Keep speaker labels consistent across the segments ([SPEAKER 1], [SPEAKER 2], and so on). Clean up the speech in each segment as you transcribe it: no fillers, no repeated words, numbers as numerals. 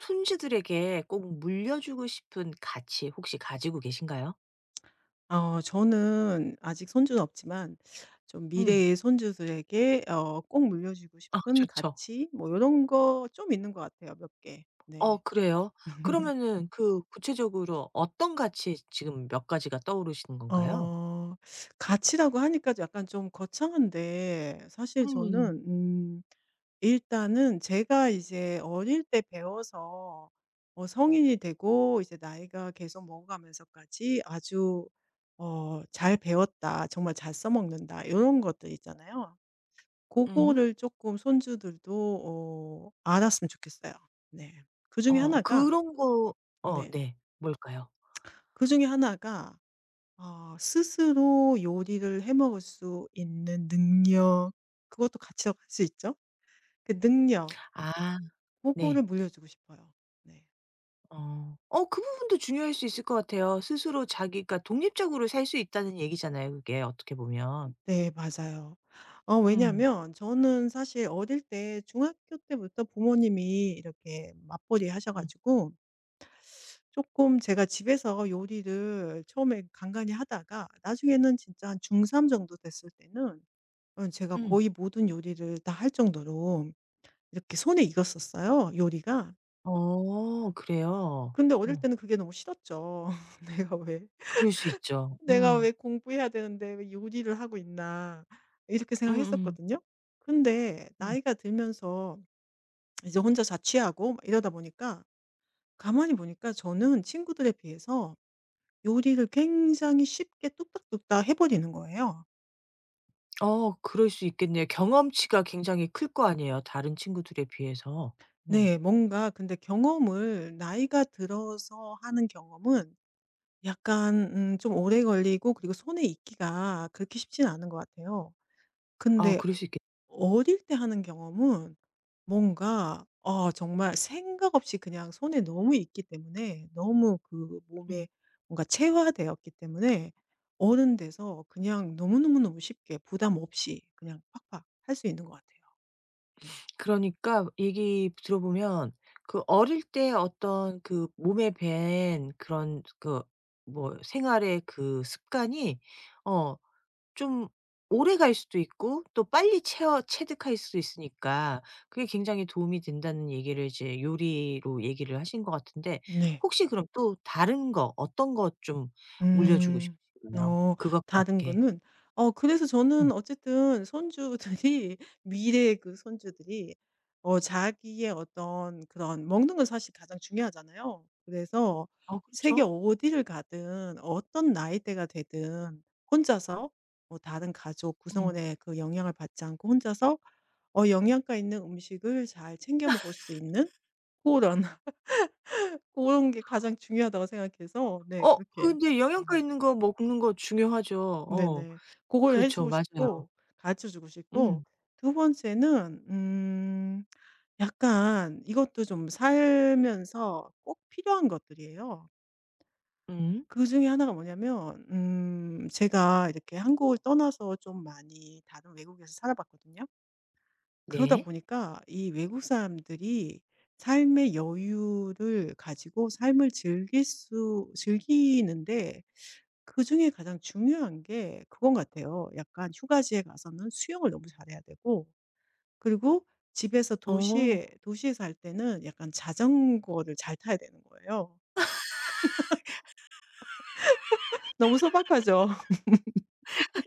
[SPEAKER 1] 손주들에게 꼭 물려주고 싶은 가치 혹시 가지고 계신가요?
[SPEAKER 2] 저는 아직 손주는 없지만 좀
[SPEAKER 1] 음.
[SPEAKER 2] 미래의 손주들에게 꼭 물려주고
[SPEAKER 1] 아
[SPEAKER 2] 싶은
[SPEAKER 1] 좋죠.
[SPEAKER 2] 가치 뭐 이런 거 좀 있는 것 같아요, 몇 개.
[SPEAKER 1] 어
[SPEAKER 2] 네.
[SPEAKER 1] 그래요? 음. 그러면은 그 구체적으로 어떤 가치 지금 몇 가지가 떠오르시는 건가요?
[SPEAKER 2] 어 가치라고 하니까 약간 좀 거창한데 사실
[SPEAKER 1] 음.
[SPEAKER 2] 저는 일단은 제가 이제 어릴 때 배워서 성인이 되고 이제 나이가 계속 먹어가면서까지 아주 '잘 배웠다. 정말 잘 써먹는다.' 이런 것들 있잖아요. 그거
[SPEAKER 1] 음.
[SPEAKER 2] 를 조금 손주들도 알았으면 좋겠어요. 네. 그중에
[SPEAKER 1] 어
[SPEAKER 2] 하나가,
[SPEAKER 1] 그런 거 어
[SPEAKER 2] 네,
[SPEAKER 1] 네. 뭘까요?
[SPEAKER 2] 그중에 하나가 스스로 요리를 해 먹을 수 있는 능력, 그것도 같이 들어갈 수 있죠. 그 능력,
[SPEAKER 1] 아
[SPEAKER 2] 그거를
[SPEAKER 1] 네.
[SPEAKER 2] 물려주고 싶어요. 네.
[SPEAKER 1] 어. 어 그 부분도 중요할 수 있을 것 같아요. 스스로 자기가 독립적으로 살 수 있다는 얘기잖아요 그게 어떻게 보면.
[SPEAKER 2] 네, 맞아요.
[SPEAKER 1] 음.
[SPEAKER 2] 왜냐면 저는 사실 어릴 때 중학교 때부터 부모님이 이렇게 맞벌이 하셔
[SPEAKER 1] 음.
[SPEAKER 2] 가지고 조금 제가 집에서 요리를 처음에 간간히 하다가 나중에는 진짜 한 중3 정도 됐을 때는 제가
[SPEAKER 1] 음.
[SPEAKER 2] 거의 모든 요리를 다 할 정도로 이렇게 손에 익었었어요, 요리가.
[SPEAKER 1] 어 그래요?
[SPEAKER 2] 근데 어릴
[SPEAKER 1] 어.
[SPEAKER 2] 때는 그게 너무 싫었죠. '내가 왜
[SPEAKER 1] 그럴 수 있죠.
[SPEAKER 2] 내가
[SPEAKER 1] 음.
[SPEAKER 2] 왜 공부해야 되는데 왜 요리를 하고 있나.' 이렇게
[SPEAKER 1] 음음.
[SPEAKER 2] 생각했었거든요. 근데
[SPEAKER 1] 음.
[SPEAKER 2] 나이가 들면서 이제 혼자 자취하고 막 이러다 보니까 가만히 보니까 저는 친구들에 비해서 요리를 굉장히 쉽게 뚝딱뚝딱 해 버리는 거예요.
[SPEAKER 1] 어 그럴 수 있겠네요. 경험치가 굉장히 클 거 아니에요, 다른 친구들에 비해서. 음.
[SPEAKER 2] 네. 뭔가 근데 경험을 나이가 들어서 하는 경험은 약간 좀 오래 걸리고 그리고 손에 익기가 그렇게 쉽지는 않은 것 같아요.
[SPEAKER 1] 아
[SPEAKER 2] 근데
[SPEAKER 1] 그럴 수 있겠
[SPEAKER 2] 어릴 때 하는 경험은 뭔가 정말 생각 없이 그냥 손에 너무 익기 때문에 너무 그
[SPEAKER 1] 음.
[SPEAKER 2] 몸에 뭔가 체화되었기 때문에 어른 돼서 그냥 너무너무너무 쉽게 부담 없이 그냥 팍팍 할 수 있는 것 같아요. 네.
[SPEAKER 1] 그러니까 얘기 들어보면 그 어릴 때 어떤 그 몸에 밴 그런 그 뭐 생활의 그 습관이 어 좀 오래 갈 수도 있고 또 빨리 채워 체득할 수도 있으니까 그게 굉장히 도움이 된다는 얘기를 이제 요리로 얘기를 하신 것 같은데
[SPEAKER 2] 네.
[SPEAKER 1] 혹시 그럼 또 다른 거 어떤 거 좀 물려주고
[SPEAKER 2] 음.
[SPEAKER 1] 싶으신가요?
[SPEAKER 2] 어
[SPEAKER 1] 그것과
[SPEAKER 2] 다른
[SPEAKER 1] 함께.
[SPEAKER 2] 거는 그래서
[SPEAKER 1] 음.
[SPEAKER 2] 저는 어쨌든 손주들이 미래의 그 손주들이 자기의 어떤 그런 먹는 건 사실 가장 중요하잖아요. 그래서
[SPEAKER 1] 어
[SPEAKER 2] 세계
[SPEAKER 1] 그렇죠.
[SPEAKER 2] 어디를 가든 어떤 나이대가 되든 혼자서 뭐 다른 가족
[SPEAKER 1] 음.
[SPEAKER 2] 구성원의 그 영향을 받지 않고 혼자서 영양가 있는 음식을 잘 챙겨 먹을 수 있는 그런그런 게 가장 중요하다고 생각해서 네
[SPEAKER 1] 어
[SPEAKER 2] 그렇게.
[SPEAKER 1] 근데 영양가 있는 거 먹는 거 중요하죠. 어.
[SPEAKER 2] 네네. 그걸 해
[SPEAKER 1] 그렇죠.
[SPEAKER 2] 주고
[SPEAKER 1] 맞아요.
[SPEAKER 2] 싶고 가르쳐 주고 싶고,
[SPEAKER 1] 음.
[SPEAKER 2] 두 번째는 약간 이것도 좀 살면서 꼭 필요한 것들이에요.
[SPEAKER 1] 음.
[SPEAKER 2] 그중에 하나가 뭐냐면 제가 이렇게 한국을 떠나서 좀 많이 다른 외국에서 살아봤거든요. 그러다
[SPEAKER 1] 네.
[SPEAKER 2] 보니까 이 외국 사람들이 삶의 여유를 가지고 삶을 즐길 수 즐기는데, 그중에 가장 중요한 게 그건 같아요. 약간 휴가지에 가서는 수영을 너무 잘해야 되고, 그리고 집에서
[SPEAKER 1] 어.
[SPEAKER 2] 도시에 살 때는 약간 자전거를 잘 타야 되는 거예요. 너무 소박하죠?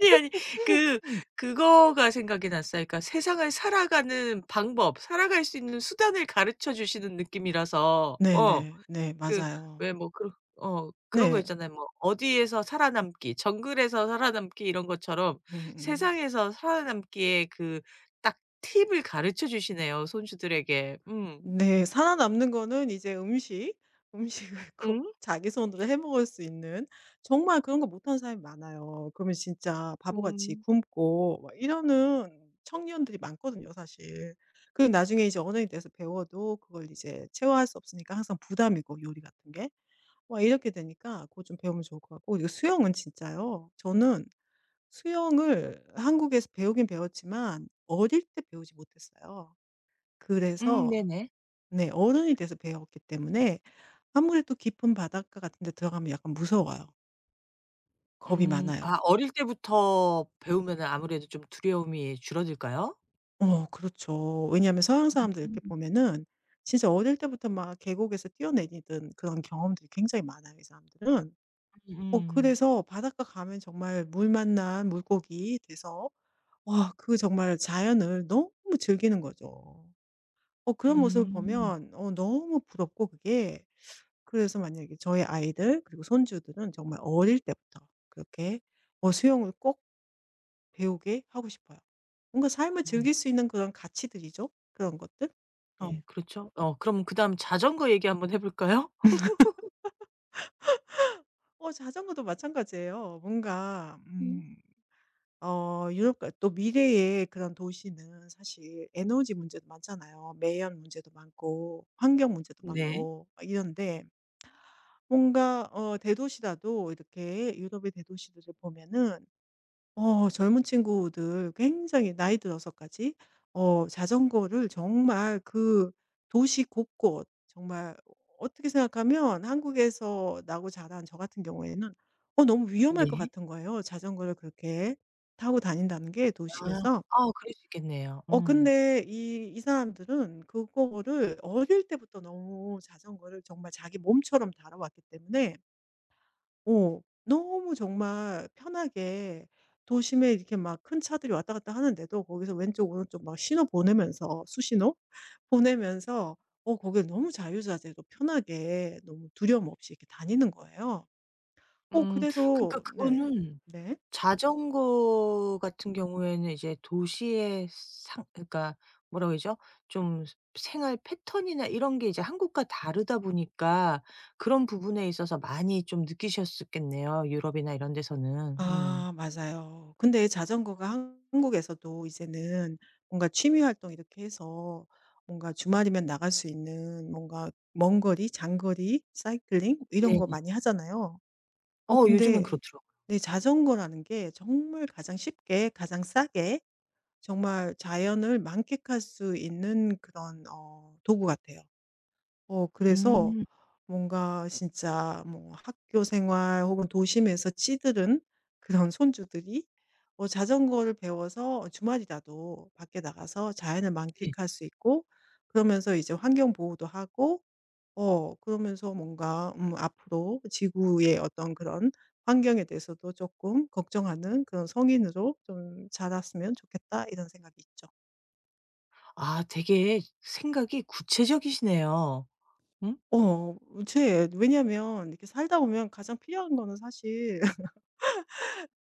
[SPEAKER 1] 아니, 아니. 그 그거가 생각이 났어요. 그러니까 세상을 살아가는 방법, 살아갈 수 있는 수단을 가르쳐 주시는 느낌이라서 어
[SPEAKER 2] 네네. 네.
[SPEAKER 1] 그
[SPEAKER 2] 맞아요.
[SPEAKER 1] 왜 뭐 그런 어 그런 거
[SPEAKER 2] 네.
[SPEAKER 1] 있잖아요. 뭐 어디에서 살아남기, 정글에서 살아남기 이런 것처럼
[SPEAKER 2] 음음.
[SPEAKER 1] 세상에서 살아남기에 그 딱 팁을 가르쳐 주시네요, 손주들에게. 음.
[SPEAKER 2] 네. 살아남는 거는 이제 음식을 꼭
[SPEAKER 1] 음.
[SPEAKER 2] 자기 손으로 해 먹을 수 있는, 정말 그런 거 못하는 사람이 많아요. 그러면 진짜 바보같이
[SPEAKER 1] 음.
[SPEAKER 2] 굶고 막 이러는 청년들이 많거든요, 사실. 그리고 나중에 이제 어른이 돼서 배워도 그걸 이제 체화할 수 없으니까 항상 부담이고, 요리 같은 게. 와 이렇게 되니까 그거 좀 배우면 좋을 것 같고. 그리고 수영은 진짜요. 저는 수영을 한국에서 배우긴 배웠지만 어릴 때 배우지 못했어요. 그래서
[SPEAKER 1] 네네.
[SPEAKER 2] 네. 어른이 돼서 배웠기 때문에 아무래도 깊은 바닷가 같은 데 들어가면 약간 무서워요. 겁이
[SPEAKER 1] 음. 아
[SPEAKER 2] 많아요.
[SPEAKER 1] 어릴 때부터 배우면 아무래도 좀 두려움이 줄어들까요?
[SPEAKER 2] 그렇죠. 왜냐하면 서양 사람들
[SPEAKER 1] 음.
[SPEAKER 2] 이렇게 보면은 진짜 어릴 때부터 막 계곡에서 뛰어내리던 그런 경험들이 굉장히 많아요, 이 사람들은.
[SPEAKER 1] 음음.
[SPEAKER 2] 그래서 바닷가 가면 정말 물 만난 물고기 돼서 와, 그 정말 자연을 너무 즐기는 거죠. 그런 모습을
[SPEAKER 1] 음.
[SPEAKER 2] 보면 너무 부럽고, 그게. 그래서 만약에 저의 아이들 그리고 손주들은 정말 어릴 때부터 그렇게 수영을 꼭 배우게 하고 싶어요. 뭔가 삶을
[SPEAKER 1] 음.
[SPEAKER 2] 즐길 수 있는 그런 가치들이죠, 그런 것들.
[SPEAKER 1] 어
[SPEAKER 2] 네.
[SPEAKER 1] 그렇죠. 어 그럼 그다음 자전거 얘기 한번 해 볼까요?
[SPEAKER 2] 자전거도 마찬가지예요. 뭔가
[SPEAKER 1] 음.
[SPEAKER 2] 유럽 같 또 미래의 그런 도시는 사실 에너지 문제도 많잖아요. 매연 문제도 많고 환경 문제도
[SPEAKER 1] 네.
[SPEAKER 2] 많고 이런데, 뭔가 대도시라도 이렇게 유럽의 대도시들을 보면은 젊은 친구들 굉장히 나이 들어서까지 자전거를 정말 그 도시 곳곳 정말, 어떻게 생각하면 한국에서 나고 자란 저 같은 경우에는 너무 위험할 것
[SPEAKER 1] 네.
[SPEAKER 2] 같은 거예요, 자전거를 그렇게 타고 다닌다는 게
[SPEAKER 1] 아.
[SPEAKER 2] 도심에서.
[SPEAKER 1] 아 그럴 수 있겠네요. 음.
[SPEAKER 2] 근데 이 사람들은 그거를 어릴 때부터 너무 자전거를 정말 자기 몸처럼 다뤄왔기 때문에 너무 정말 편하게, 도심에 이렇게 막 큰 차들이 왔다 갔다 하는데도 거기서 왼쪽 오른쪽 막 신호 보내면서 수신호 보내면서 거길 너무 자유자재로 편하게 너무 두려움 없이 이렇게 다니는 거예요.
[SPEAKER 1] 음 그러니까
[SPEAKER 2] 그래서 네.
[SPEAKER 1] 그거는
[SPEAKER 2] 네.
[SPEAKER 1] 자전거 같은 경우에는 이제 도시의 상 그러니까 뭐라고 그러죠? 좀 생활 패턴이나 이런 게 이제 한국과 다르다 보니까 그런 부분에 있어서 많이 좀 느끼셨었겠네요, 유럽이나 이런 데서는. 음.
[SPEAKER 2] 아 맞아요. 근데 자전거가 한국에서도 이제는 뭔가 취미 활동 이렇게 해서 뭔가 주말이면 나갈 수 있는, 뭔가 먼 거리, 장거리 사이클링 이런 거
[SPEAKER 1] 네네.
[SPEAKER 2] 많이 하잖아요.
[SPEAKER 1] 어 요즘엔
[SPEAKER 2] 근데
[SPEAKER 1] 그렇더라고요.
[SPEAKER 2] 내 자전거라는 게 정말 가장 쉽게 가장 싸게 정말 자연을 만끽할 수 있는 그런 도구 같아요. 그래서
[SPEAKER 1] 음.
[SPEAKER 2] 뭔가 진짜 뭐 학교 생활 혹은 도심에서 찌들은 그런 손주들이 자전거를 배워서 주말이라도 밖에 나가서 자연을
[SPEAKER 1] 네.
[SPEAKER 2] 만끽할 수 있고, 그러면서 이제 환경 보호도 하고 그러면서 뭔가 앞으로 지구의 어떤 그런 환경에 대해서도 조금 걱정하는 그런 성인으로 좀 자랐으면 좋겠다, 이런 생각이 있죠.
[SPEAKER 1] 아 되게 생각이 구체적이시네요. 응,
[SPEAKER 2] 어 제 왜냐면 이렇게 살다 보면 가장 필요한 거는 사실,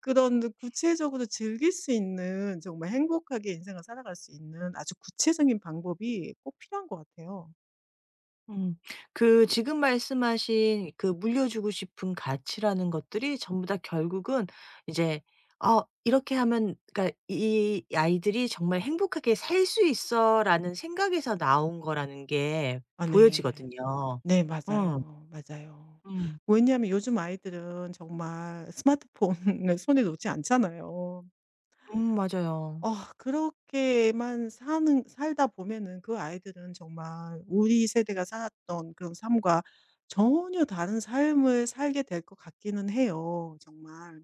[SPEAKER 2] 그런 구체적으로 즐길 수 있는, 정말 행복하게 인생을 살아갈 수 있는 아주 구체적인 방법이 꼭 필요한 것 같아요.
[SPEAKER 1] 음. 그 지금 말씀하신 그 물려주고 싶은 가치라는 것들이 전부 다 결국은 이제 어 '이렇게 하면 그러니까 이 아이들이 정말 행복하게 살 수 있어.'라는 생각에서 나온 거라는 게
[SPEAKER 2] 아 네.
[SPEAKER 1] 보여지거든요.
[SPEAKER 2] 네
[SPEAKER 1] 응,
[SPEAKER 2] 맞아요. 맞아요.
[SPEAKER 1] 음.
[SPEAKER 2] 왜냐하면 요즘 아이들은 정말 스마트폰을 손에 놓지 않잖아요.
[SPEAKER 1] 맞아요.
[SPEAKER 2] 어 그렇게만 사는 살다 보면은 그 아이들은 정말 우리 세대가 살았던 그런 삶과 전혀 다른 삶을 살게 될 것 같기는 해요, 정말.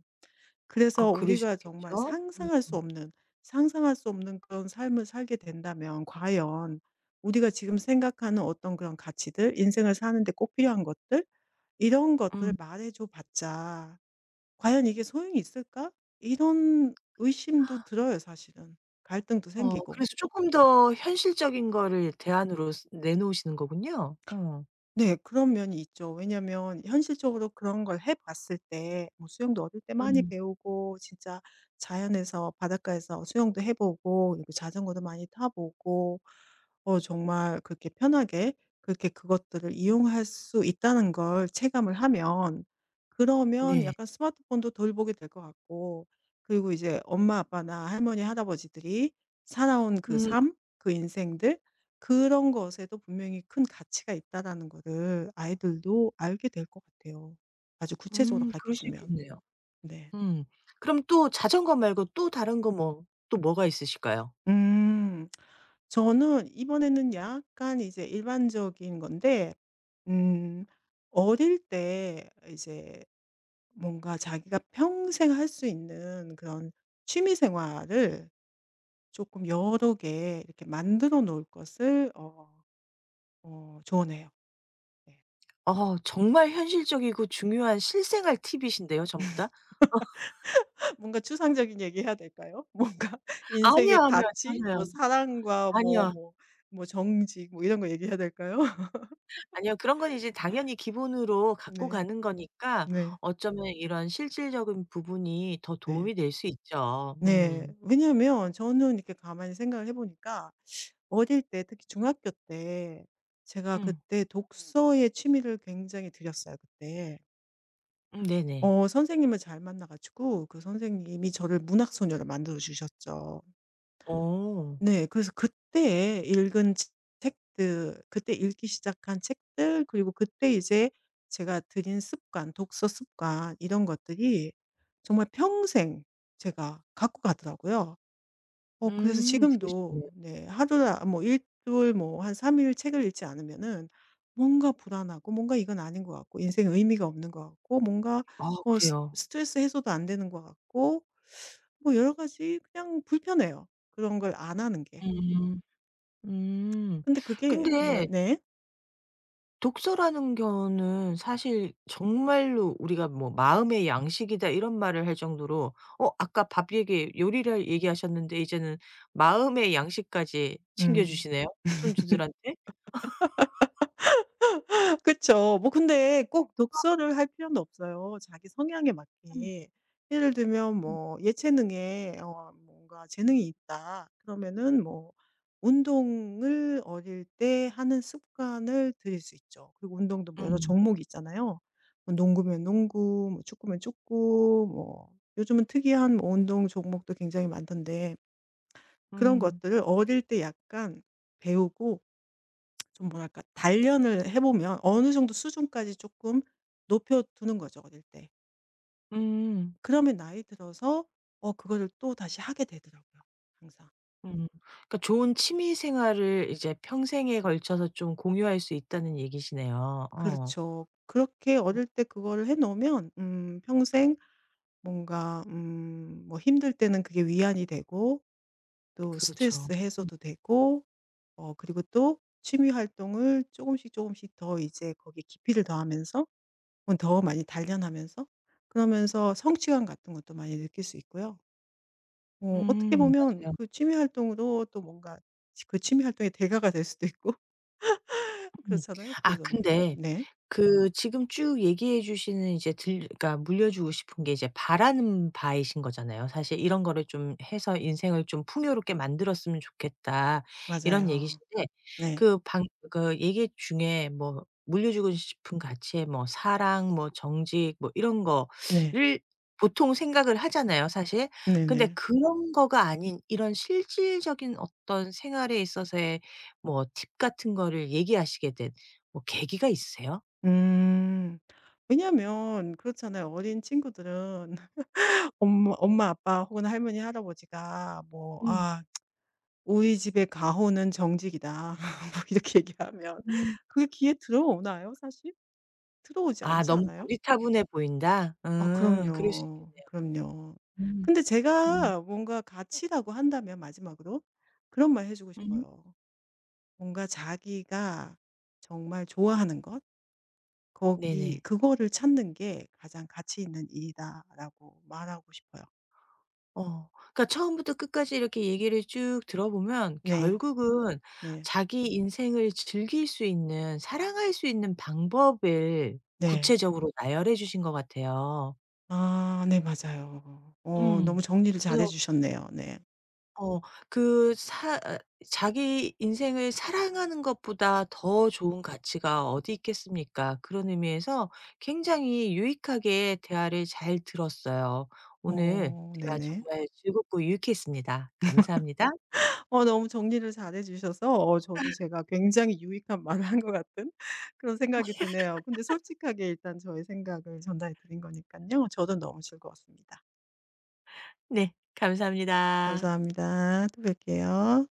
[SPEAKER 1] 아
[SPEAKER 2] 그래서
[SPEAKER 1] 그럴 수
[SPEAKER 2] 우리가 정말
[SPEAKER 1] 있겠죠? 음
[SPEAKER 2] 상상할 수 없는 그런 삶을 살게 된다면 과연 우리가 지금 생각하는 어떤 그런 가치들, 인생을 사는 데 꼭 필요한 것들, 이런 것들을
[SPEAKER 1] 음.
[SPEAKER 2] 말해줘 봤자 '과연 이게 소용이 있을까?' 이런 의심도 들어요, 사실은. 갈등도
[SPEAKER 1] 어
[SPEAKER 2] 생기고.
[SPEAKER 1] 그래서 쪼끔 더 현실적인 거를 대안으로 쓰 내놓으시는 거군요. 어.
[SPEAKER 2] 네 그런 면이 있죠. 왜냐면 현실적으로 그런 걸 해 봤을 때 뭐 수영도 어릴 때 많이
[SPEAKER 1] 음
[SPEAKER 2] 배우고, 진짜 자연에서 바닷가에서 수영도 해 보고 그리고 자전거도 많이 타 보고, 정말 그렇게 편하게 그렇게 그것들을 이용할 수 있다는 걸 체감을 하면, 그러면
[SPEAKER 1] 네.
[SPEAKER 2] 약간 스마트폰도 덜 보게 될 것 같고, 그리고 이제 엄마 아빠나 할머니 할아버지들이 살아온 그
[SPEAKER 1] 음
[SPEAKER 2] 삶, 그 인생들, 그런 것에도 분명히 큰 가치가 있다라는 거를 아이들도 알게 될 것 같아요. 아주 구체적으로 가르쳐
[SPEAKER 1] 그럴 수
[SPEAKER 2] 주면.
[SPEAKER 1] 있겠네요.
[SPEAKER 2] 네.
[SPEAKER 1] 음. 그럼 또 자전거 말고 또 다른 거 뭐 또 뭐가 있으실까요?
[SPEAKER 2] 음. 저는 이번에는 약간 이제 일반적인 건데 음 어릴 때 이제 뭔가 자기가 평생 할 수 있는 그런 취미 생활을 조금 여러 개 이렇게 만들어 놓을 것을 조언해요. 네.
[SPEAKER 1] 어 정말 현실적이고 중요한 실생활 팁이신데요 전부 다?
[SPEAKER 2] 뭔가 추상적인 얘기 해야 될까요? 뭔가
[SPEAKER 1] 아니요,
[SPEAKER 2] 인생의
[SPEAKER 1] 아니요.
[SPEAKER 2] 가치 뭐
[SPEAKER 1] 전혀요.
[SPEAKER 2] 사랑과 뭐
[SPEAKER 1] 아니요.
[SPEAKER 2] 뭐 뭐 정직 뭐 이런 거 얘기해야 될까요?
[SPEAKER 1] 아니요. 그런 건 이제 당연히 기본으로 갖고
[SPEAKER 2] 네.
[SPEAKER 1] 가는 거니까
[SPEAKER 2] 네.
[SPEAKER 1] 어쩌면 이런 실질적인 부분이 더
[SPEAKER 2] 네.
[SPEAKER 1] 도움이 될 수 있죠.
[SPEAKER 2] 네.
[SPEAKER 1] 음.
[SPEAKER 2] 왜냐하면 저는 이렇게 가만히 생각을 해 보니까 어릴 때 특히 중학교 때 제가
[SPEAKER 1] 음.
[SPEAKER 2] 그때 독서의 취미를 굉장히 들였어요, 그때.
[SPEAKER 1] 네네.
[SPEAKER 2] 선생님을 잘 만나 가지고 그 선생님이 저를 문학 소녀로 만들어 주셨죠.
[SPEAKER 1] 어.
[SPEAKER 2] 네. 그래서 그때 읽은 치 책들, 그때 읽기 시작한 책들, 그리고 그때 이제 제가 들인 습관, 독서 습관, 이런 것들이 정말 평생 제가 갖고 가더라고요. 그래서
[SPEAKER 1] 그럴 수
[SPEAKER 2] 지금도
[SPEAKER 1] 있네요.
[SPEAKER 2] 네 하루나 뭐 1주일 주일 뭐 한 3일 일 책을 읽지 않으면은 뭔가 불안하고 뭔가 이건 아닌 것 같고 인생에 의미가 없는 것 같고 뭔가
[SPEAKER 1] 아
[SPEAKER 2] 어 스
[SPEAKER 1] 그래요?
[SPEAKER 2] 스트레스 해소도 안 되는 것 같고 뭐 여러 가지 그냥 불편해요, 그런 걸 안 하는 게.
[SPEAKER 1] 음. 음.
[SPEAKER 2] 근데 그게 네
[SPEAKER 1] 근데
[SPEAKER 2] 네.
[SPEAKER 1] 독서라는 거는 사실 정말로 우리가 뭐 "마음의 양식이다." 이런 말을 할 정도로 어 아까 밥 얘기 요리를 얘기하셨는데 이제는 마음의 양식까지 챙겨
[SPEAKER 2] 음.
[SPEAKER 1] 주시네요, 손주들한테.
[SPEAKER 2] 그쵸. 뭐 근데 꼭 독서를 할 필요는 없어요, 자기 성향에
[SPEAKER 1] 음
[SPEAKER 2] 맞게. 예를 들면
[SPEAKER 1] 음.
[SPEAKER 2] 뭐 예체능에 뭔가 재능이 있다. 그러면은 뭐 운동을 어릴 때 하는 습관을 들일 수 있죠. 그리고 운동도 뭐 여러
[SPEAKER 1] 음.
[SPEAKER 2] 종목이 있잖아요. 뭐 농구면 농구, 뭐 축구면 축구, 뭐 요즘은 특이한 뭐 운동 종목도 굉장히 많던데, 그런
[SPEAKER 1] 음.
[SPEAKER 2] 것들을 어릴 때 약간 배우고 좀 뭐랄까 단련을 해 보면 어느 정도 수준까지 조금 높여 두는 거죠, 어릴 때.
[SPEAKER 1] 음.
[SPEAKER 2] 그러면 나이 들어서 그거를 또다시 하게 되더라고요, 항상.
[SPEAKER 1] 음. 그러니까 좋은 취미 생활을 이제 평생에 걸쳐서 좀 공유할 수 있다는 얘기시네요. 어.
[SPEAKER 2] 그렇죠. 그렇게 어릴 때 그거를 해 놓으면 평생 뭔가 뭐 힘들 때는 그게 위안이 되고 또
[SPEAKER 1] 그렇죠.
[SPEAKER 2] 스트레스
[SPEAKER 1] 음.
[SPEAKER 2] 해소도 되고 그리고 또 취미 활동을 조금씩 조금씩 더 이제 거기에 깊이를 더하면서 더 많이 단련하면서 그러면서 성취감 같은 것도 많이 느낄 수 있고요. 어떻게 보면
[SPEAKER 1] 맞아요.
[SPEAKER 2] 그 취미 활동으로 또 뭔가 그 취미 활동의 대가가 될 수도 있고
[SPEAKER 1] 음.
[SPEAKER 2] 그렇잖아요.
[SPEAKER 1] 아
[SPEAKER 2] 그래서
[SPEAKER 1] 근데
[SPEAKER 2] 네.
[SPEAKER 1] 그 지금 쭉 얘기해 주시는 이제 들 그러니까 물려주고 싶은 게 이제 바라는 바이신 거잖아요. 사실 "이런 거를 좀 해서 인생을 좀 풍요롭게 만들었으면 좋겠다." 이런
[SPEAKER 2] 맞아요.
[SPEAKER 1] 얘기신데
[SPEAKER 2] 네.
[SPEAKER 1] 그 방 그 얘기 중에 뭐 물려주고 싶은 가치에 뭐 사랑 뭐 정직 뭐 이런
[SPEAKER 2] 네.
[SPEAKER 1] 거를 보통 생각을 하잖아요 사실. 근데
[SPEAKER 2] 네네.
[SPEAKER 1] 그런 거가 아닌 이런 실질적인 어떤 생활에 있어서의 뭐 팁 같은 거를 얘기하시게 된 뭐 계기가 있으세요?
[SPEAKER 2] 음. 왜냐하면 그렇잖아요. 어린 친구들은 엄마 엄마, 아빠 혹은 할머니, 할아버지가 뭐
[SPEAKER 1] 예.
[SPEAKER 2] "아 우리 집의 가호는 정직이다." 뭐 이렇게 얘기하면
[SPEAKER 1] 음.
[SPEAKER 2] 그게 귀에 들어오나요, 사실? 들어오지
[SPEAKER 1] 아
[SPEAKER 2] 않지
[SPEAKER 1] 너무
[SPEAKER 2] 않아요?
[SPEAKER 1] 고리타분해 보인다? 그럴 수
[SPEAKER 2] 그럼요.
[SPEAKER 1] 있겠네요.
[SPEAKER 2] 그럼요.
[SPEAKER 1] 음.
[SPEAKER 2] 근데
[SPEAKER 1] 음.
[SPEAKER 2] 제가 뭔가 가치라고 한다면 마지막으로 그런 말 해 주고
[SPEAKER 1] 음. 음.
[SPEAKER 2] 싶어요. 뭔가 자기가 정말 좋아하는 것, 거기
[SPEAKER 1] 네네.
[SPEAKER 2] 그거를 찾는 게 가장 가치 있는 일이다라고 말하고 싶어요.
[SPEAKER 1] 어. 그러니까 처음부터 끝까지 이렇게 얘기를 쭉 들어보면
[SPEAKER 2] 네.
[SPEAKER 1] 결국은
[SPEAKER 2] 네.
[SPEAKER 1] 자기 인생을 즐길 수 있는 사랑할 수 있는 방법을
[SPEAKER 2] 네.
[SPEAKER 1] 구체적으로 나열해 주신 것 같아요.
[SPEAKER 2] 아 네 맞아요. 너무
[SPEAKER 1] 음.
[SPEAKER 2] 정리를 잘해
[SPEAKER 1] 그래서
[SPEAKER 2] 주셨네요. 네.
[SPEAKER 1] 어 그 사 아 자기 인생을 사랑하는 것보다 더 좋은 가치가 어디 있겠습니까? 그런 의미에서 굉장히 유익하게 대화를 잘 들었어요. 오늘
[SPEAKER 2] 오,
[SPEAKER 1] 대화
[SPEAKER 2] 네네.
[SPEAKER 1] 정말 즐겁고 유익했습니다. 감사합니다.
[SPEAKER 2] 너무 정리를 잘해 주셔서 저도 제가 굉장히 유익한 말을 한 것 같은, 그런 생각이 드네요. 근데 솔직하게 일단 저의 생각을 전달해 드린 거니까요. 저도 너무 즐거웠습니다.
[SPEAKER 1] 네 감사합니다.
[SPEAKER 2] 감사합니다. 또 뵐게요.